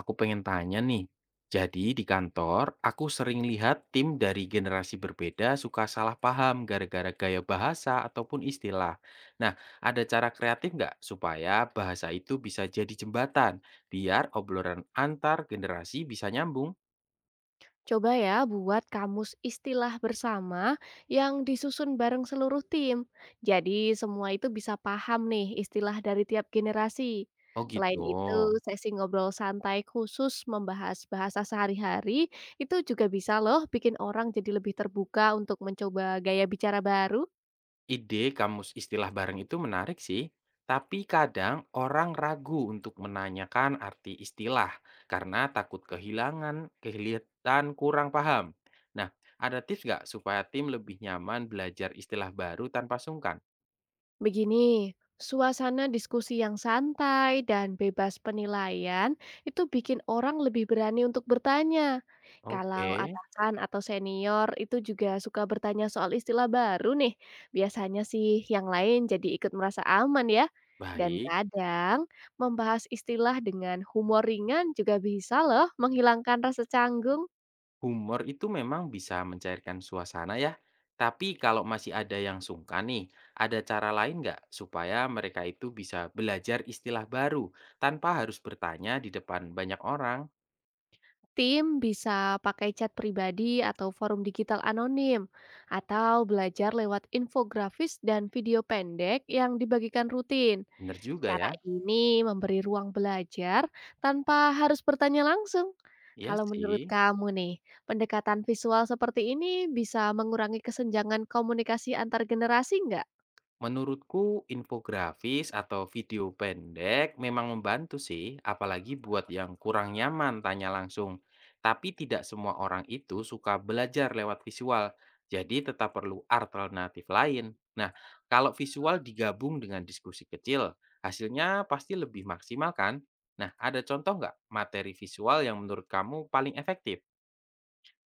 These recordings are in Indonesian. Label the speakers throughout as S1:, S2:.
S1: Aku pengen tanya nih, jadi di kantor aku sering lihat tim dari generasi berbeda suka salah paham gara-gara gaya bahasa ataupun istilah. Nah, ada cara kreatif nggak supaya bahasa itu bisa jadi jembatan biar obrolan antar generasi bisa nyambung?
S2: Coba ya buat kamus istilah bersama yang disusun bareng seluruh tim. Jadi semua itu bisa paham nih istilah dari tiap generasi.
S1: Oh gitu.
S2: Selain itu, sesi ngobrol santai khusus membahas bahasa sehari-hari itu juga bisa loh bikin orang jadi lebih terbuka untuk mencoba gaya bicara baru.
S1: Ide kamus istilah bareng itu menarik sih, tapi kadang orang ragu untuk menanyakan arti istilah karena takut kehilangan, kelihatan kurang paham. Nah, ada tips nggak supaya tim lebih nyaman belajar istilah baru tanpa sungkan?
S2: Begini, suasana diskusi yang santai dan bebas penilaian itu bikin orang lebih berani untuk bertanya.
S1: Oke,
S2: Kalau atasan atau senior itu juga suka bertanya soal istilah baru nih, biasanya sih yang lain jadi ikut merasa aman ya. Dan
S1: baik.
S2: kadang membahas istilah dengan humor ringan juga bisa loh menghilangkan rasa canggung.
S1: Humor itu memang bisa mencairkan suasana ya, tapi kalau masih ada yang sungkan nih, ada cara lain nggak supaya mereka itu bisa belajar istilah baru tanpa harus bertanya di depan banyak orang?
S2: Tim bisa pakai chat pribadi atau forum digital anonim, atau belajar lewat infografis dan video pendek yang dibagikan rutin.
S1: Bener juga
S2: Cara
S1: ya,
S2: ini memberi ruang belajar tanpa harus bertanya langsung.
S1: iya
S2: Kalau menurut
S1: sih.
S2: kamu nih, pendekatan visual seperti ini bisa mengurangi kesenjangan komunikasi antar generasi nggak?
S1: Menurutku infografis atau video pendek memang membantu sih, apalagi buat yang kurang nyaman tanya langsung. Tapi tidak semua orang itu suka belajar lewat visual, jadi tetap perlu alternatif lain. Nah, kalau visual digabung dengan diskusi kecil, hasilnya pasti lebih maksimal kan? Nah, ada contoh nggak materi visual yang menurut kamu paling efektif?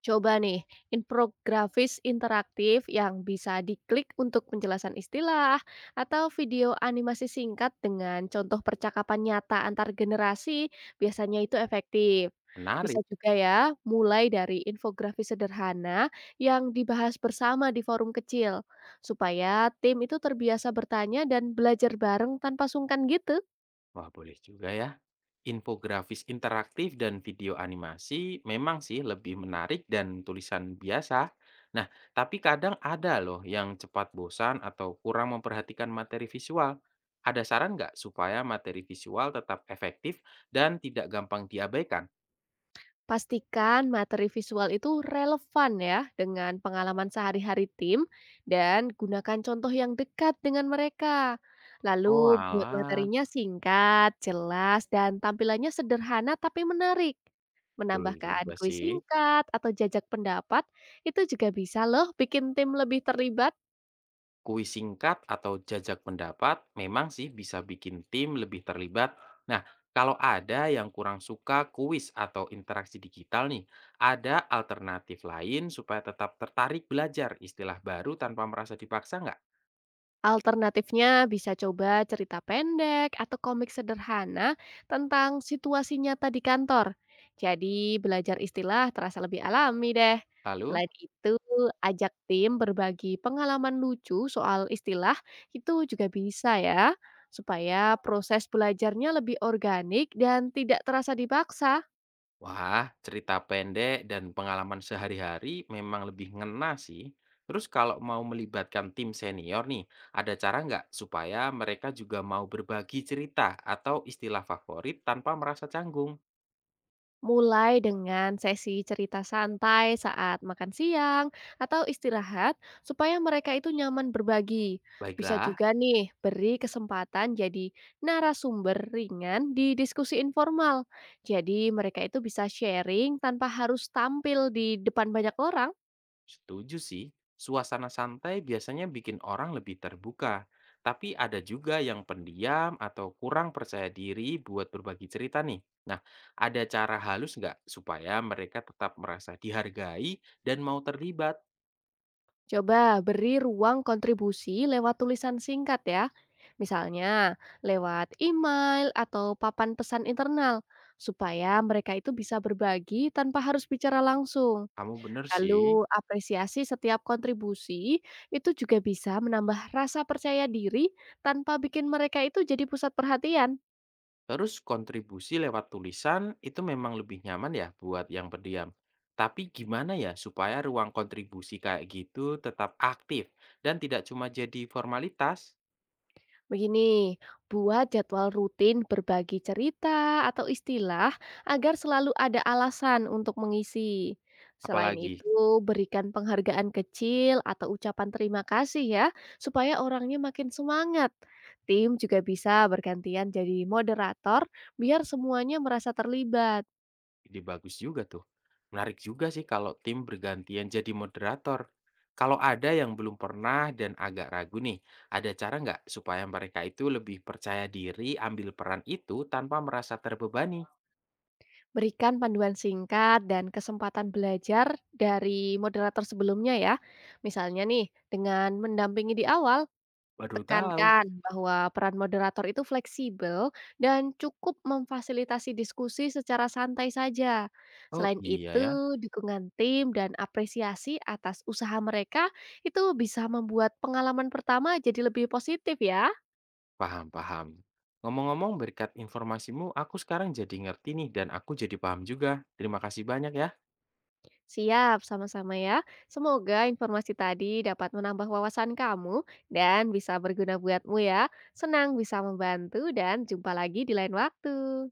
S2: Coba nih, infografis interaktif yang bisa diklik untuk penjelasan istilah atau video animasi singkat dengan contoh percakapan nyata antar generasi biasanya itu efektif. Bisa
S1: Menarik.
S2: juga ya, mulai dari infografis sederhana yang dibahas bersama di forum kecil, supaya tim itu terbiasa bertanya dan belajar bareng tanpa sungkan gitu.
S1: Wah, boleh juga ya. Infografis interaktif dan video animasi memang sih lebih menarik dan tulisan biasa. Nah, tapi kadang ada loh yang cepat bosan atau kurang memperhatikan materi visual. Ada saran nggak supaya materi visual tetap efektif dan tidak gampang diabaikan?
S2: Pastikan materi visual itu relevan ya dengan pengalaman sehari-hari tim dan gunakan contoh yang dekat dengan mereka. Lalu
S1: Oh
S2: buat
S1: alah,
S2: materinya singkat, jelas, dan tampilannya sederhana tapi menarik.
S1: betul
S2: Menambahkan
S1: juga
S2: kuis
S1: sih.
S2: singkat atau jajak pendapat itu juga bisa loh bikin tim lebih terlibat.
S1: Kuis singkat atau jajak pendapat memang sih bisa bikin tim lebih terlibat. Nah, kalau ada yang kurang suka kuis atau interaksi digital nih, ada alternatif lain supaya tetap tertarik belajar istilah baru tanpa merasa dipaksa nggak?
S2: Alternatifnya bisa coba cerita pendek atau komik sederhana tentang situasi nyata di kantor. Jadi belajar istilah terasa lebih alami deh.
S1: Lalu,
S2: Selain itu, ajak tim berbagi pengalaman lucu soal istilah itu juga bisa ya, supaya proses belajarnya lebih organik dan tidak terasa dipaksa.
S1: wah cerita pendek dan pengalaman sehari-hari memang lebih ngena sih. Terus kalau mau melibatkan tim senior nih, ada cara nggak supaya mereka juga mau berbagi cerita atau istilah favorit tanpa merasa canggung?
S2: Mulai dengan sesi cerita santai saat makan siang atau istirahat, supaya mereka itu nyaman berbagi. Bisa
S1: Baiklah,
S2: juga nih beri kesempatan jadi narasumber ringan di diskusi informal. Jadi, mereka itu bisa sharing tanpa harus tampil di depan banyak orang.
S1: setuju sih. Suasana santai biasanya bikin orang lebih terbuka, tapi ada juga yang pendiam atau kurang percaya diri buat berbagi cerita nih. Nah, ada cara halus nggak supaya mereka tetap merasa dihargai dan mau terlibat?
S2: Coba beri ruang kontribusi lewat tulisan singkat ya. Misalnya lewat email atau papan pesan internal supaya mereka itu bisa berbagi tanpa harus bicara langsung.
S1: Kamu bener sih.
S2: Lalu apresiasi setiap kontribusi itu juga bisa menambah rasa percaya diri tanpa bikin mereka itu jadi pusat perhatian.
S1: Terus kontribusi lewat tulisan itu memang lebih nyaman ya buat yang pendiam. Tapi gimana ya supaya ruang kontribusi kayak gitu tetap aktif dan tidak cuma jadi formalitas?
S2: Begini, buat jadwal rutin berbagi cerita atau istilah agar selalu ada alasan untuk mengisi. Selain
S1: Apalagi?
S2: itu, berikan penghargaan kecil atau ucapan terima kasih ya, supaya orangnya makin semangat. Tim juga bisa bergantian jadi moderator biar semuanya merasa terlibat.
S1: Ide bagus juga tuh. Menarik juga sih kalau tim bergantian jadi moderator. Kalau ada yang belum pernah dan agak ragu nih, ada cara nggak supaya mereka itu lebih percaya diri ambil peran itu tanpa merasa terbebani?
S2: Berikan panduan singkat dan kesempatan belajar dari moderator sebelumnya ya. Misalnya nih, dengan mendampingi di awal.
S1: Baru tahu.
S2: Tekankan bahwa peran moderator itu fleksibel dan cukup memfasilitasi diskusi secara santai saja.
S1: Oh
S2: Selain
S1: iya
S2: itu,
S1: ya,
S2: dukungan tim dan apresiasi atas usaha mereka itu bisa membuat pengalaman pertama jadi lebih positif ya.
S1: paham-paham. Ngomong-ngomong berkat informasimu, aku sekarang jadi ngerti nih dan aku jadi paham juga. Terima kasih banyak ya.
S2: Siap, sama-sama ya. Semoga informasi tadi dapat menambah wawasan kamu dan bisa berguna buatmu ya. Senang bisa membantu dan jumpa lagi di lain waktu.